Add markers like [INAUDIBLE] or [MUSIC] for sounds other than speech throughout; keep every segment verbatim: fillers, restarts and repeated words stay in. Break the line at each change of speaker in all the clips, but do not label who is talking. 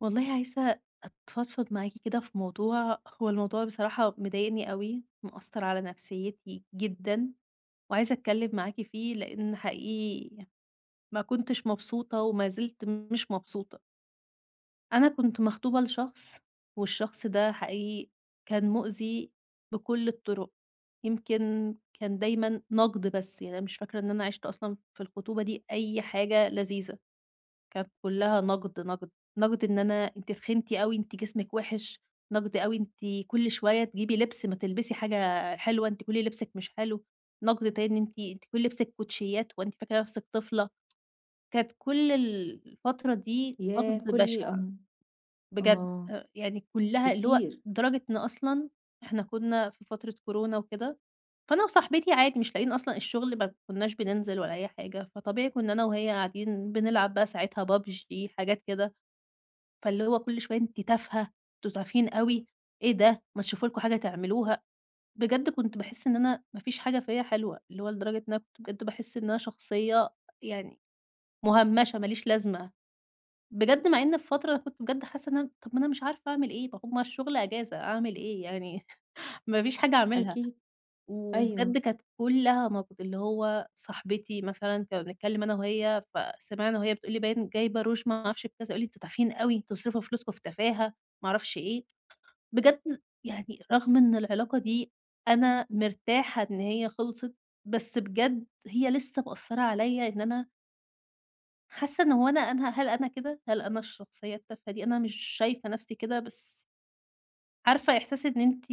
والله عايزة أتفضفض معاكِ كده في موضوع، هو الموضوع بصراحة مضايقني أوي، مأثّر على نفسيتي جدًا، وعايزة أتكلّم معاكِ فيه لإن حقيقي ما كنتش مبسوطة وما زلت مش مبسوطة. أنا كنت مخطوبة لشخص والشخص ده حقيقي كان مؤذي بكل الطُرق، يمكن كان دايمًا نَقْد بس، يعني أنا مش فاكرة إن أنا عِشت أصلًا في الخطوبة دي أي حاجة لذيذة. كانت كلّها نقد، نقد، نقد إن أنا أنتِ تخنتِ أوي، أنتِ جسمِك وِحِش، نقد أوي أنتِ كل شوية تجيبي لبس ما تلبسي حاجة حلوة، أنتِ كل لبسِك مش حلو، نقد تاني أنتِ أنتِ كل لبسِك كوتشيات وأنتِ فاكرة نفسِك طفلة، كانت كل الفترة دي
ياه!
نقد
كل
بشع.
الأن
بجد
آه،
آآ يعني كلّها اللي هو
كتير،
لدرجة إن أصلًا إحنا كنا في فترة كورونا وكده، فأنا وصاحبتي عادي مش لاقيين أصلًا الشغل ما كناش بننزل ولا أي حاجة، فطبيعي كنا أنا وهي قاعدين بنلعب بقى ساعتها بي يو بي جي حاجات كده، فاللي هو كل شوية أنتِ تافهة، أنتم تافهين أوي، إيه ده ما تشوفوا لكم حاجة تعملوها، بجد كنت باحس إن أنا ما فيش حاجة فيّا حلوة، اللي هو لدرجة إن أنا كنت بجد باحس إن أنا شخصية يعني مهمشة ما ليش لازمة. بجد مع إن في فترة أنا كنت بجد حاسة إن أنا طب ما أنا مش عارفة أعمل إيه، ما هو ما الشغل أجازة أعمل إيه يعني [LAUGHS] ما فيش حاجة أعملها،
أكيد،
وبجد
أيوه،
كانت كلّها نقد، اللي هو صاحبتي مثلًا كنا بنتكلم أنا وهي فسمعنا وهي بتقول لي باين جايبة روج ما أعرفش بكذا، تقول لي أنتم تافهين أوي، أنتم بتصرفوا فلوسكم في تفاهة ما أعرفش إيه، بجد يعني رغم إن العلاقة دي أنا مرتاحة إن هي خلصت، بس بجد هي لسه مأثرة عليَّ إن أنا حاسة إن هو أنا أنا هل أنا كده؟ هل أنا الشخصية التافهة دي؟ أنا مش شايفة نفسي كده، بس عارفة إحساس إن أنتِ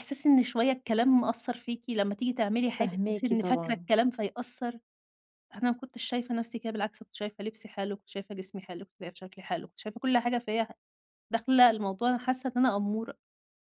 إحساس إن شوية الكلام مأثّر فيكِ لمّا تيجي تعملي حاجة تحسي
فاهماكِ
إن فاكرة
طبعًا،
الكلام فيأثّر؟ أنا ما كنتش شايفة نفسي كده بالعكس، كنت شايفة لبسي حلو، كنت شايفة جسمي حلو، كنت شايفة شكلي حلو، كنت شايفة كل حاجة فيّا داخلة الموضوع أنا حاسة إن أنا أمورة،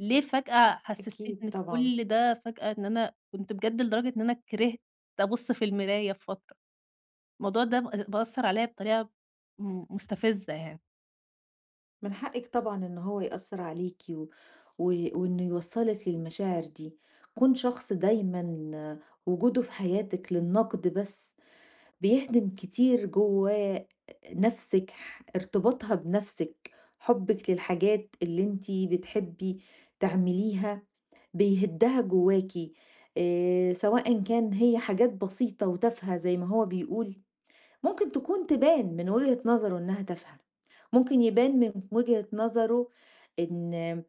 ليه فجأة حسستيني
أكيد
إن
طبعًا،
كل ده فجأة إن أنا كنت بجد لدرجة إن أنا كرهت أبُص في المراية في فترة. الموضوع ده ب بأثّر عليَّ بطريقة م مستفزة يعني.
من حقِّك طبعًا إن هو يأثّر عليكِ و و وإنه يوصّلِك للمشاعر دي، كون شخص دايمًا آه، وجوده في حياتِك للنقد بس بيهدم كتير جواه نفسِك، ح ارتباطها بنفسِك، حُبِّك للحاجات اللي أنتِ بتحبي تعمليها بيهدّها جواكِ، آآ سواء كان هي حاجات بسيطة وتافهة زي ما هو بيقول ممكن تكون تبان من وجهة نظره إنها تافهة، ممكن يبان من وجهة نظره إن اه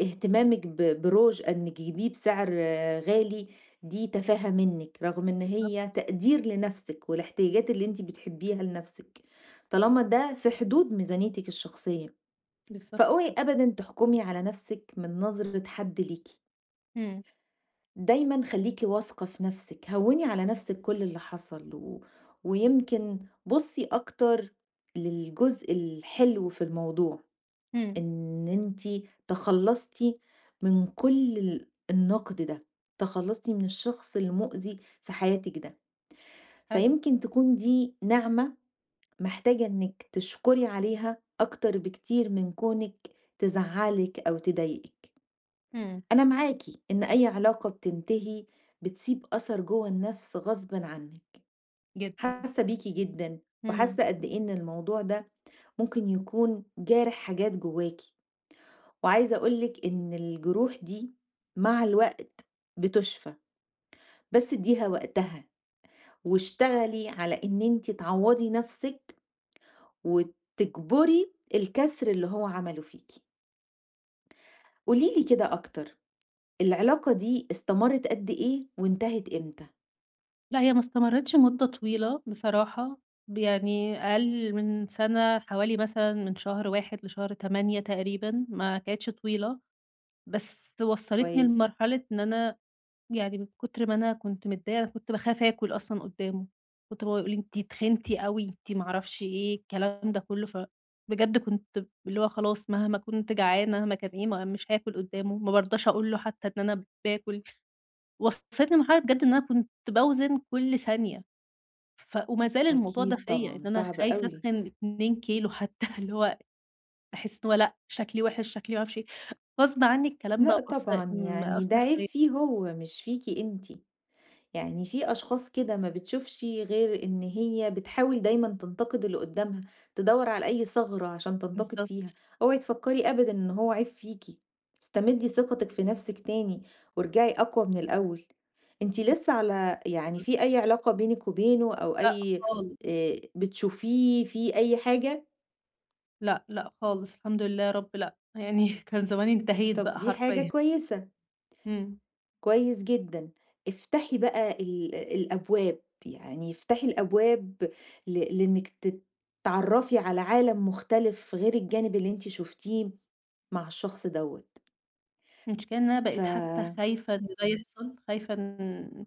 اهتمامِك ب بروج إنِّك تجيبيه بسعر آه، غالي دي تفاهة منِّك، رغم إن هي
بالضبط،
تقدير لنفسِك والاحتياجات اللي أنتِ بتحبيها لنفسِك، طالما ده في حدود ميزانيتِك الشخصية،
بالضبط
فاوعي
كده.
أبدًا تحكمي على نفسِك من نظرة حد ليكِ.
إمم،
دايمًا خلّيكِ واثقة في نفسِك، هوّني على نفسِك كل اللي حصل و ويمكن بُصّي أكتر للجزء الحلو في الموضوع،
إمم،
إن أنتِ تخلّصتِ من كل ال النقد ده، تخلّصتِ من الشخص المؤذي في حياتِك ده،
حلو
فيمكن تكون دي نعمة محتاجة إنِّك تشكري عليها أكتر بكتير من كونِك تزعّلِك أو تضايقِك.
إمم.
أنا معاكِ، إن أي علاقة بتنتهي بتسيب أثر جوّه النَفْس غصبٍ عنِّك،
جدًا.
حاسة بيكِ جدًا،
إمم.
وحاسة قد إيه إن الموضوع ده ممكن يكون جارح حاجات جوّاكِ، وعايزة أقول لِك إن الجروح دي مع الوقت بتُشفى، بس ادّيها وقتها، واشتغلي على إن أنتِ تعوّضي نَفْسِك وتكبُري الكسر اللي هو عمله فيكِ. قولي لي كده أكتر، العلاقة دي استمرِّت قد إيه وانتهت إمتى؟
لأ هي ما استمرِّتش مدة طويلة بصراحة، يعني أقل من سَنة حوالي مثلًا من شهر واحد لشهر تمانية تقريبًا، ما كانتش طويلة، بس وصّلتني
كويس.
لمرحلة إن أنا يعني من كتر ما أنا كنت متضايقة، أنا كنت باخاف آكل أصلًا قدّامه، كنت بابا يقول لي: "أنتِ تخنتِ أوي، أنتِ ما أعرفش إيه." الكلام ده كلّه، فبجد كنت اللي هو خلاص مهما كنت جعانة، مهما كان إيه، ما مش هاكل قدّامه، ما بارضاش أقول له حتى إن أنا باكل. وصلتني لمرحلة بجد إن أنا كنت باوزن كل ثانية، ف وما زال الموضوع ده
أكيد
فيّا، إن
طبعًا،
أنا
صعب
خايفة
أوي.
أتخن اتنين كيلو حتى، [LAUGHS] اللي هو باحس إن هو لأ، شكلي وِحِش، شكلي ما أعرفش إيه، غصب عني الكلام
لأ
بقى مأثّر
طبعًا، يعني ده
مأثّر
عيب
فيّا.
فيه هو مش فيكِ أنتِ. يعني في أشخاص كده ما بتشوفش غير إن هي بتحاول دايمًا تنتقد اللي قدّامها، تدوّر على أي ثغرة عشان تنتقد
بالضبط،
فيها. اوعي تفكّري أبدًا إن هو عيب فيكِ، استمدّي ثقتِك في نفسِك تاني وارجعي أقوى من الأول. أنتِ لسه على
بسبب
يعني
كده.
في أي علاقة بينِك وبينه أو
لأ
أي
خالص،
آآ بتشوفيه في أي حاجة؟
لأ، لأ خالص، الحمد لله يا رب لأ، يعني [LAUGHS] كان زماني انتهيت
طَب
بقى
دي حاجة
حرفيًا،
كويسة.
إمم،
كويس جدًا. افتحي بقى ال الأبواب، يعني افتحي الأبواب ل لإنِّك تت تتعرّفي على عالم مختلف غير الجانب اللي أنتِ شُفتيه مع الشخص دوّة.
المشكلة إن أنا
ف
بقيت حتى خايفة إن ده يحصل، خايفة إن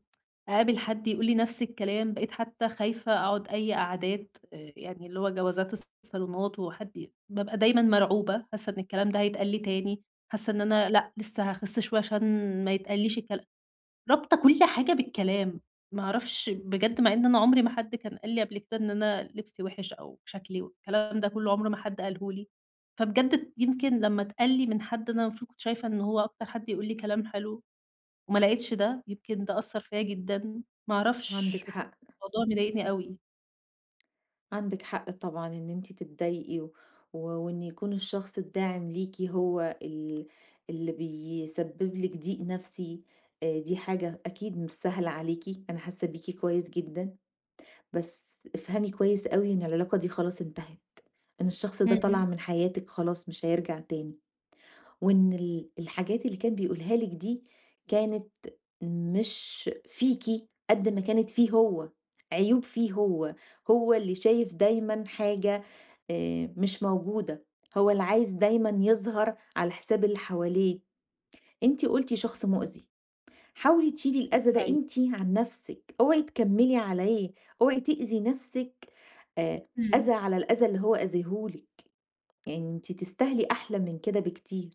أقابل حد يقول لي نفس الكلام، بقيت حتى خايفة أقعد أي قعدات آآ، يعني اللي هو جوازات الصالونات وحد ي بابقى دايمًا مرعوبة، حاسة إن الكلام ده هيتقال لي تاني، حاسة إن أنا لأ، لسه هاخس شوية عشان ما يتقاليش الكلام رابطة كل حاجة بالكلام، ما أعرفش بجد مع إن أنا عمري ما حد كان قال لي قبل كده إن أنا لبسي وِحِش أو شكلي والكلام ده كله عمر ما حد قاله لي، فبجد يمكن لمّا اتقال لي من حد أنا المفروض كنت شايفة إن هو أكتر حد يقول لي كلام حلو وما لقيتش ده، يمكن ده أثّر فيّا جدًا، ما أعرفش
عندِك
بس
حق،
الموضوع مضايقني أوي.
عندِك حق طبعًا إن أنتِ تتضايقي و و- وإن يكون الشخص الداعم ليكِ هو ال اللي بيسبب لِك ضيق نفسي، آآ دي حاجة أكيد مش سهلة عليكِ، أنا حاسة بيكِ كويس جدًا. بس افهمي كويس أوي إن العلاقة دي خلاص انتهت، إن الشخص ده
إمم،
طلع من حياتِك خلاص مش هيرجع تاني، وإن ال الحاجات اللي كان بيقولها لِك دي كانت مش فيكِ قد ما كانت فيه هو، عيوب فيه هو، هو اللي شايف دايمًا حاجة آآ مش موجودة، هو اللي عايز دايمًا يظهر على حساب اللي حواليه، أنتِ قُلتِ شخص مؤذي. حاولي تشيلي
دي
الأذى ده
حقيقة.
أنتِ عن نفسِك، اوعي تكمّلي عليه، اوعي تأذي نفسِك آآ
إمم.
أذى على الأذى اللي هو أذاه لِك، يعني أنتِ تستاهلي أحلى من كده بكتير،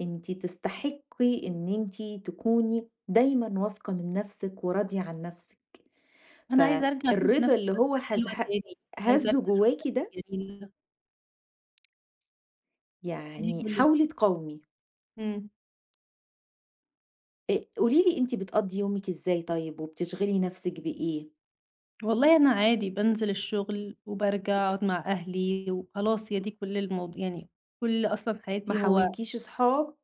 أنتِ تستحقي إن أنتِ تكوني دايمًا واثقة من نفسِك وراضية عن نفسِك،
أنا عايزة أرجع أشوف
فالرضا
نفسي
اللي
بس
هو
حلوة
هز ه
تاني، عايزة
هزّه
أرجع أشوف
جواكِ
نفسي
ده،
جميلة. دي
يعني
كل
حاولي
الفكرة.
تقاومي،
إمم.
آآ قولي لي أنتِ بتقضّي يومِك إزاي طيب وبتشغلي نفسِك بإيه؟
والله أنا عادي بانزل الشغل وبارجع أقعد مع أهلي وخلاص هي دي كل الموضوع يعني كل أصلًا
ما
حياتي هو
حاولكيش صحاب؟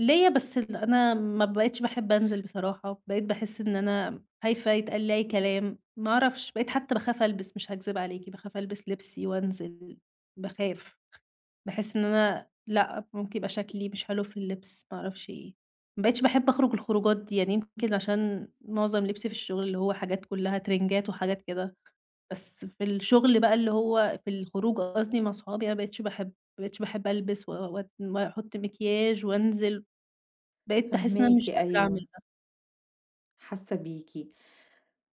ليّا بس ال أنا ما بقيتش باحب أنزل بصراحة، بقيت باحس إن أنا خايفة يتقال لي أي كلام، ما أعرفش بقيت حتى باخاف ألبس مش هاكذب عليكِ، باخاف ألبس لبسي وأنزل، باخاف. باحس إن أنا لأ، ممكن يبقى شكلي مش حلو في اللبس، ما أعرفش إيه. ما بقيتش باحب أخرج الخروجات دي، يعني يمكن عشان معظم لبسي في الشغل اللي هو حاجات كلّها ترنجات وحاجات كده، بس في الشغل بقى اللي هو في الخروج قصدي مع صحابي، أنا ما بقيتش باحب ما بقيتش باحب ألبس و و وأحط مكياج وأنزل، بقيت باحس إن أنا مش
فاهماكِ
قادرة أعمل
أيوه.
ده.
حاسة بيكِ.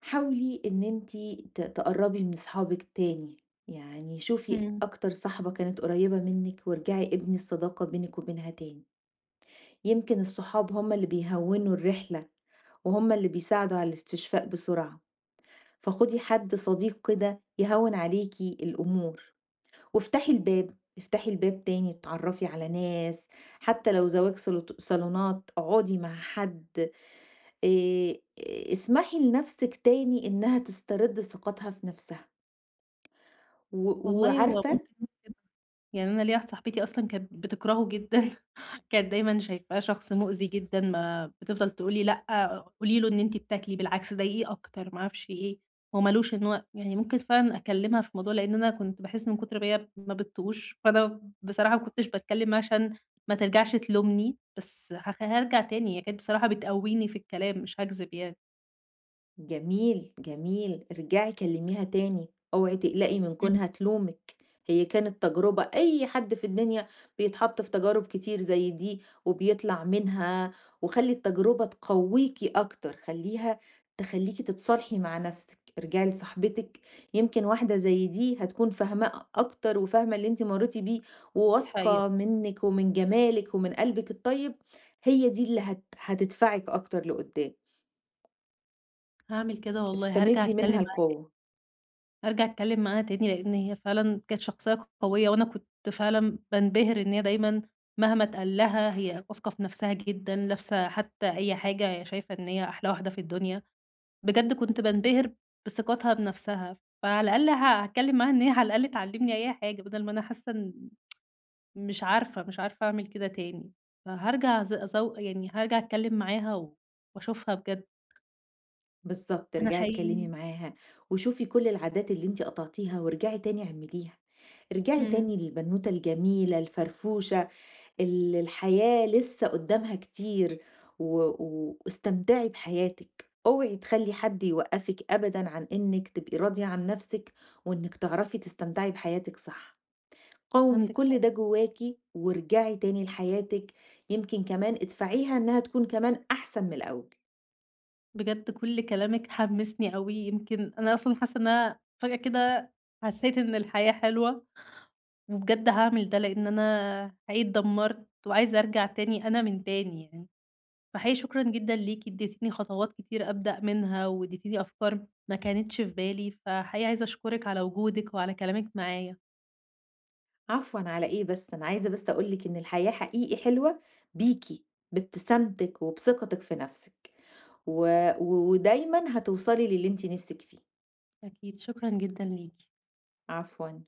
حاولي إن أنتِ ت تقرّبي من صحابِك تاني، يعني شوفي
إمم.
أكتر صاحبة كانت قريّبة منِّك وارجعي ابني الصداقة بينِك وبينها تاني، يمكن الصحاب هم اللي بيهوّنوا الرحلة، وهم اللي بيساعدوا على الاستشفاء بسرعة، فخدي حد صديق كده يهوّن عليكِ الأمور، وافتحي الباب، افتحي الباب تاني، اتعرّفي على ناس، حتى لو زواج صلت صالونات، اقعدي مع حد آآ اسمحي لنفسِك تاني إنها تسترد ثقتها في نفسها، و
والله هو
وعارفة
ممكن يكون كده. يعني أنا ليّا واحدة صاحبتي أصلًا كانت بتكرهه جدًا. كانت دايمًا شايفاه شخص مؤذي جدًا، ما بتفضل تقول لي: "لأ، قولي له إن أنتِ بتاكلي، بالعكس ضايقيه أكتر." ما أعرفش إيه، هو ما لوش إن هو يعني ممكن فعلًا أكلمها في الموضوع، لإن أنا كنت باحس من كتر ما هي ما بتطوش، فأنا بصراحة ما كنتش باتكلم معاها عشان ما ترجعش تلومني، بس هاخ هارجع تاني، هي كانت بصراحة بتقويني في الكلام، مش هاكذب يعني.
جميل، جميل. ارجعي كلميها تاني، اوعي تقلقي من
إمم.
كونها تلومِك، هي كانت تجربة، أي حد في الدنيا بيتحط في تجارب كتير زي دي وبيطلع منها، وخلّي التجربة تقويكِ أكتر، خلّيها تخلّيكِ تتصالحي مع نفسِك، ارجعي لصاحبتِك يمكن واحدة زي دي هتكون فاهماه أكتر وفاهمة اللي أنتِ مريتِ بيه
دي حقيقة،
وواثقة منِك ومن جمالِك ومن قلبِك الطيب، هي دي اللي هت هتدفعِك أكتر لقدام،
هاعمل كده والله، هارجع
استمدي منها
أتكلم
القوة.
أرجع أتكلّم معاها تاني، لإن هي فعلًا كانت شخصية قوية، وأنا كنت فعلًا بانبهر إن هي دايمًا مهما اتقال لها هي واثقة في نفسها جدًا، لابسة حتى أي حاجة هي شايفة إن هي أحلى واحدة في الدنيا، بجد كنت بانبهر بثقتها بنفسها، فعلى الأقل ه هاتكلّم معاها إن هي على الأقل تعلّمني أي حاجة، بدل ما أنا حاسة إن مش عارفة، مش عارفة أعمل كده تاني، فهارجع أز أزو يعني هارجع أتكلّم معاها و وأشوفها بجد.
بالضبط،
أنا
ارجعي اتكلمي
حقيقي
معاها، وشوفي كل العادات اللي أنتِ قطعتيها وارجعي تاني اعمليها، ارجعي
إمم،
تاني للبنوتة الجميلة الفرفوشة اللي الحياة لسه قدامها كتير، و و واستمتعي بحياتِك، اوعي تخلّي حد يوقّفِك أبدًا عن إنِك تبقي راضية عن نفسِك، وإنِك تعرفي تستمتعي بحياتِك صح، قوّمي
عندِك حق.
كل ده جواكِ وارجعي تاني لحياتِك، يمكن كمان ادفعيها إنها تكون كمان أحسن من الأول.
بجد كل كلامِك حمّسني أوي، يمكن أنا أصلًا حاسة إن أنا فجأة كده حسيت إن الحياة حلوة، وبجد هاعمل ده لإن أنا حقيقي اتدمرت وعايزة أرجع تاني أنا من تاني يعني، فحقيقي شكرًا جدًا ليكِ اديتيني خطوات كتير أبدأ منها، واديتيني أفكار ما كانتش في بالي، فحقيقي عايزة أشكرِك على وجودِك وعلى كلامِك معايا،
عفوًا على إيه بس، أنا عايزة بس أقول لِك إن الحياة حقيقي حلوة بيكِ، بابتسامتِك وبثقتِك في نفسِك، و و ودايمًا هتوصلي للي أنتِ نفسِك فيه.
أكيد شكرًا جدًا ليكِ.
عفوًا.